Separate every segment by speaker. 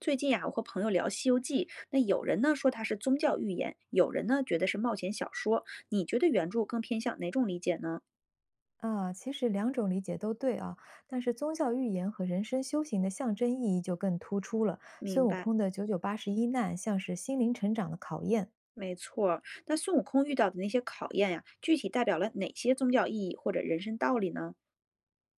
Speaker 1: 最近呀、我和朋友聊《西游记》，那有人呢说它是宗教寓言，有人呢觉得是冒险小说。你觉得原著更偏向哪种理解呢？
Speaker 2: 啊，其实两种理解都对啊，但是宗教寓言和人生修行的象征意义就更突出了。
Speaker 1: 明
Speaker 2: 孙悟
Speaker 1: 白，
Speaker 2: 空的九九八十一难像是心灵成长的考验。
Speaker 1: 没错儿。那孙悟空遇到的那些考验呀、具体代表了哪些宗教意义或者人生道理呢？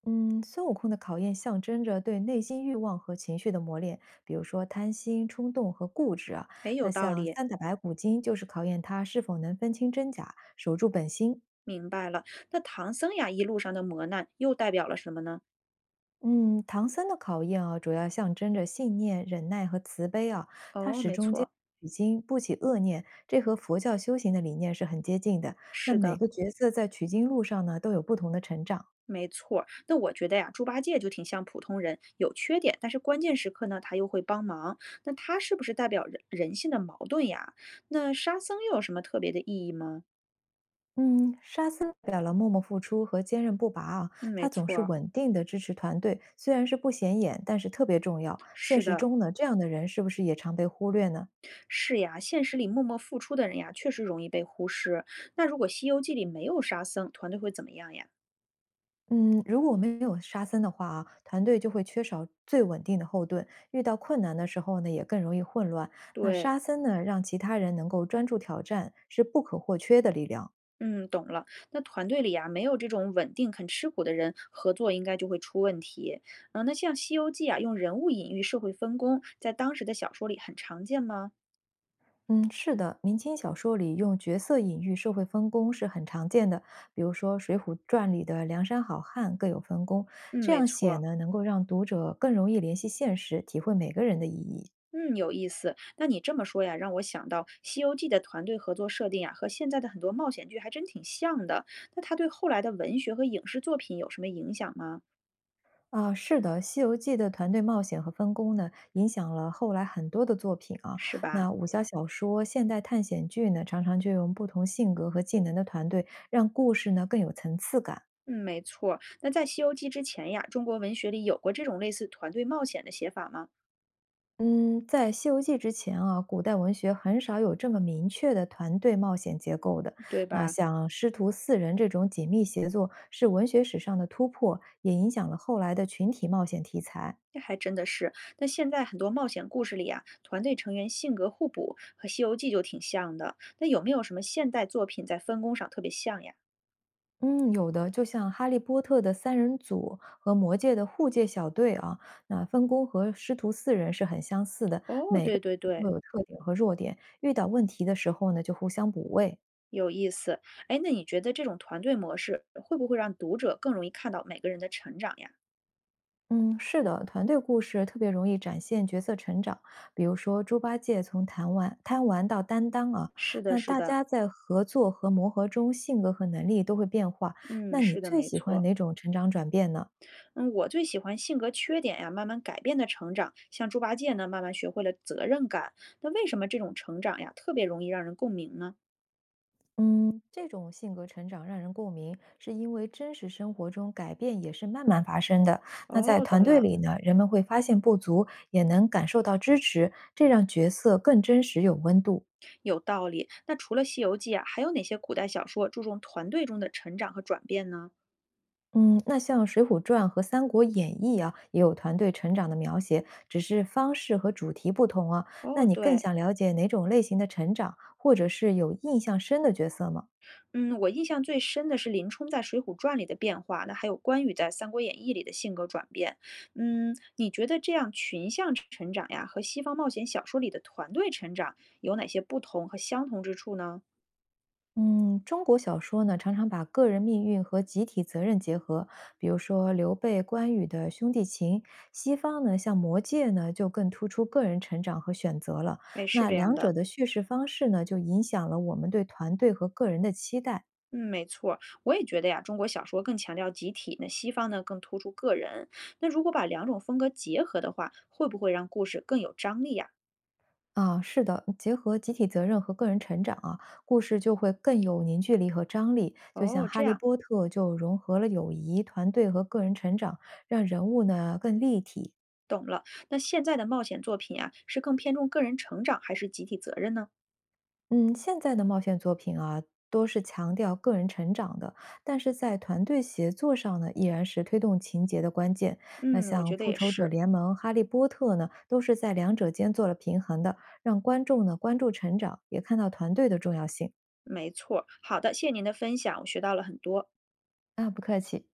Speaker 2: 嗯，孙悟空的考验象征着对内心欲望和情绪的磨练，比如说贪心、冲动和固执啊。
Speaker 1: 哎，有
Speaker 2: 那
Speaker 1: 道
Speaker 2: 像
Speaker 1: 理，
Speaker 2: 三打白骨精就是考验他是否能分清真假，守住本心。
Speaker 1: 明白了。那唐僧呀一路上的磨难又代表了什么呢？
Speaker 2: 嗯，唐僧的考验啊，主要象征着信念、忍耐和慈悲啊。他
Speaker 1: 哦，
Speaker 2: 始
Speaker 1: 没
Speaker 2: 终坚
Speaker 1: 错，
Speaker 2: 持取经，不起恶念，这和佛教修行的理念是很接近的。那
Speaker 1: 是
Speaker 2: 每
Speaker 1: 的。
Speaker 2: 个角色在取经路上呢，都有不同的成长。
Speaker 1: 没错儿那我觉得呀，猪八戒就挺像普通人，有缺点，但是关键时刻呢，他又会帮忙。那他是不是代表人人性的矛盾呀？那沙僧又有什么特别的意义吗？
Speaker 2: 嗯，沙僧代表了默默付出和坚韧不拔啊，
Speaker 1: 嗯，没
Speaker 2: 他总
Speaker 1: 错
Speaker 2: 是
Speaker 1: 儿，
Speaker 2: 稳定的支持团队，虽然是不显眼，但是特别重要。现
Speaker 1: 是
Speaker 2: 实
Speaker 1: 的，
Speaker 2: 中呢，这样的人是不是也常被忽略呢？
Speaker 1: 是呀，现实里默默付出的人呀，确实容易被忽视。那如果《西游记》里没有沙僧，团队会怎么样呀？
Speaker 2: 嗯，如果没有沙僧的话啊，团队就会缺少最稳定的后盾，遇到困难的时候呢，也更容易混乱。那
Speaker 1: 对，
Speaker 2: 沙僧呢，让其他人能够专注挑战，是不可或缺的力量。
Speaker 1: 嗯，懂了。那团队里啊，没有这种稳定、肯吃苦的人，合作应该就会出问题。嗯、那像《西游记》啊，用人物隐喻社会分工，在当时的小说里很常见吗？
Speaker 2: 嗯，是的，明清小说里用角色隐喻社会分工是很常见的，比如说《水浒传》里的梁山好汉各有分工，
Speaker 1: 嗯，
Speaker 2: 这
Speaker 1: 没
Speaker 2: 样写
Speaker 1: 错。
Speaker 2: 呢，能够让读者更容易联系现实，体会每个人的意义。
Speaker 1: 嗯，有意思。那你这么说呀，让我想到《西游记》的团队合作设定呀，和现在的很多冒险剧还真挺像的。那它对后来的文学和影视作品有什么影响吗？
Speaker 2: 啊，是的，《西游记》的团队冒险和分工呢，影响了后来很多的作品啊。
Speaker 1: 是吧？
Speaker 2: 那武侠小说、现代探险剧呢，常常就用不同性格和技能的团队，让故事呢更有层次感。
Speaker 1: 嗯，没错。那在《西游记》之前呀，中国文学里有过这种类似团队冒险的写法吗？
Speaker 2: 嗯，在《西游记》之前啊，古代文学很少有这么明确的团队冒险结构的。
Speaker 1: 对
Speaker 2: 那
Speaker 1: 吧？
Speaker 2: 像师徒四人这种紧密协作，是文学史上的突破，也影响了后来的群体冒险题材。
Speaker 1: 这还真的是，那现在很多冒险故事里啊，团队成员性格互补，和《西游记》就挺像的。那有没有什么现代作品在分工上特别像呀？
Speaker 2: 嗯，有的，就像《哈利波特》的三人组和《魔戒》的护戒小队啊，那分工和师徒四人是很相似的，
Speaker 1: 哦，
Speaker 2: 每
Speaker 1: 对
Speaker 2: 个
Speaker 1: 对
Speaker 2: 人
Speaker 1: 对，
Speaker 2: 都有特点和弱点，遇到问题的时候呢，就互相补位。
Speaker 1: 有意思。哎，那你觉得这种团队模式会不会让读者更容易看到每个人的成长呀？
Speaker 2: 嗯，是的，团队故事特别容易展现角色成长，比如说猪八戒从贪玩到担当啊，
Speaker 1: 是的，
Speaker 2: 那
Speaker 1: 是
Speaker 2: 大
Speaker 1: 的，
Speaker 2: 家在合作和磨合中，性格和能力都会变化。
Speaker 1: 嗯，
Speaker 2: 那你
Speaker 1: 是的，
Speaker 2: 最
Speaker 1: 没
Speaker 2: 喜欢
Speaker 1: 错。
Speaker 2: 哪种成长转变呢？
Speaker 1: 嗯，我最喜欢性格缺点呀慢慢改变的成长，像猪八戒呢，慢慢学会了责任感。那为什么这种成长呀特别容易让人共鸣呢？
Speaker 2: 这种性格成长让人共鸣，是因为真实生活中改变也是慢慢发生的。那在
Speaker 1: 哦，
Speaker 2: 团
Speaker 1: 懂
Speaker 2: 队
Speaker 1: 了。
Speaker 2: 里呢，人们会发现不足，也能感受到支持，这让角色更真实有温度。
Speaker 1: 有道理。那除了《西游记》啊，还有哪些古代小说注重团队中的成长和转变呢？
Speaker 2: 嗯，那像《水浒传》和《三国演义》啊，也有团队成长的描写，只是方式和主题不同啊。那
Speaker 1: 哦，
Speaker 2: 你更
Speaker 1: 对，
Speaker 2: 想了解哪种类型的成长，或者是有印象深的角色吗？
Speaker 1: 嗯，我印象最深的是林冲在《水浒传》里的变化，那还有关羽在《三国演义》里的性格转变。嗯，你觉得这样群像成长呀，和西方冒险小说里的团队成长有哪些不同和相同之处呢？
Speaker 2: 嗯，中国小说呢，常常把个人命运和集体责任结合，比如说刘备、关羽的兄弟情。西方呢，像《魔戒》呢，就更突出个人成长和选择了。
Speaker 1: 哎，是
Speaker 2: 那
Speaker 1: 这样
Speaker 2: 两
Speaker 1: 的。
Speaker 2: 者的叙事方式呢，就影响了我们对团队和个人的期待。
Speaker 1: 嗯，没错儿我也觉得呀，中国小说更强调集体，那西方呢更突出个人。那如果把两种风格结合的话，会不会让故事更有张力呀？
Speaker 2: 啊，是的，结合集体责任和个人成长啊，故事就会更有凝聚力和张力。就像
Speaker 1: 哦，这
Speaker 2: 《哈利
Speaker 1: 样，
Speaker 2: 波特》就融合了友谊、团队和个人成长，让人物呢更立体。
Speaker 1: 懂了。那现在的冒险作品啊，是更偏重个人成长还是集体责任呢？
Speaker 2: 嗯，现在的冒险作品啊，都是强调个人成长的，但是在团队协作上呢，依然是推动情节的关键。那
Speaker 1: 嗯，我
Speaker 2: 像
Speaker 1: 觉得
Speaker 2: 《复
Speaker 1: 也
Speaker 2: 仇者
Speaker 1: 是，
Speaker 2: 联盟》《哈利波特》呢，都是在两者间做了平衡的，让观众呢关注成长，也看到团队的重要性。
Speaker 1: 没错儿好的，谢谢您的分享，我学到了很多。
Speaker 2: 啊，不客气。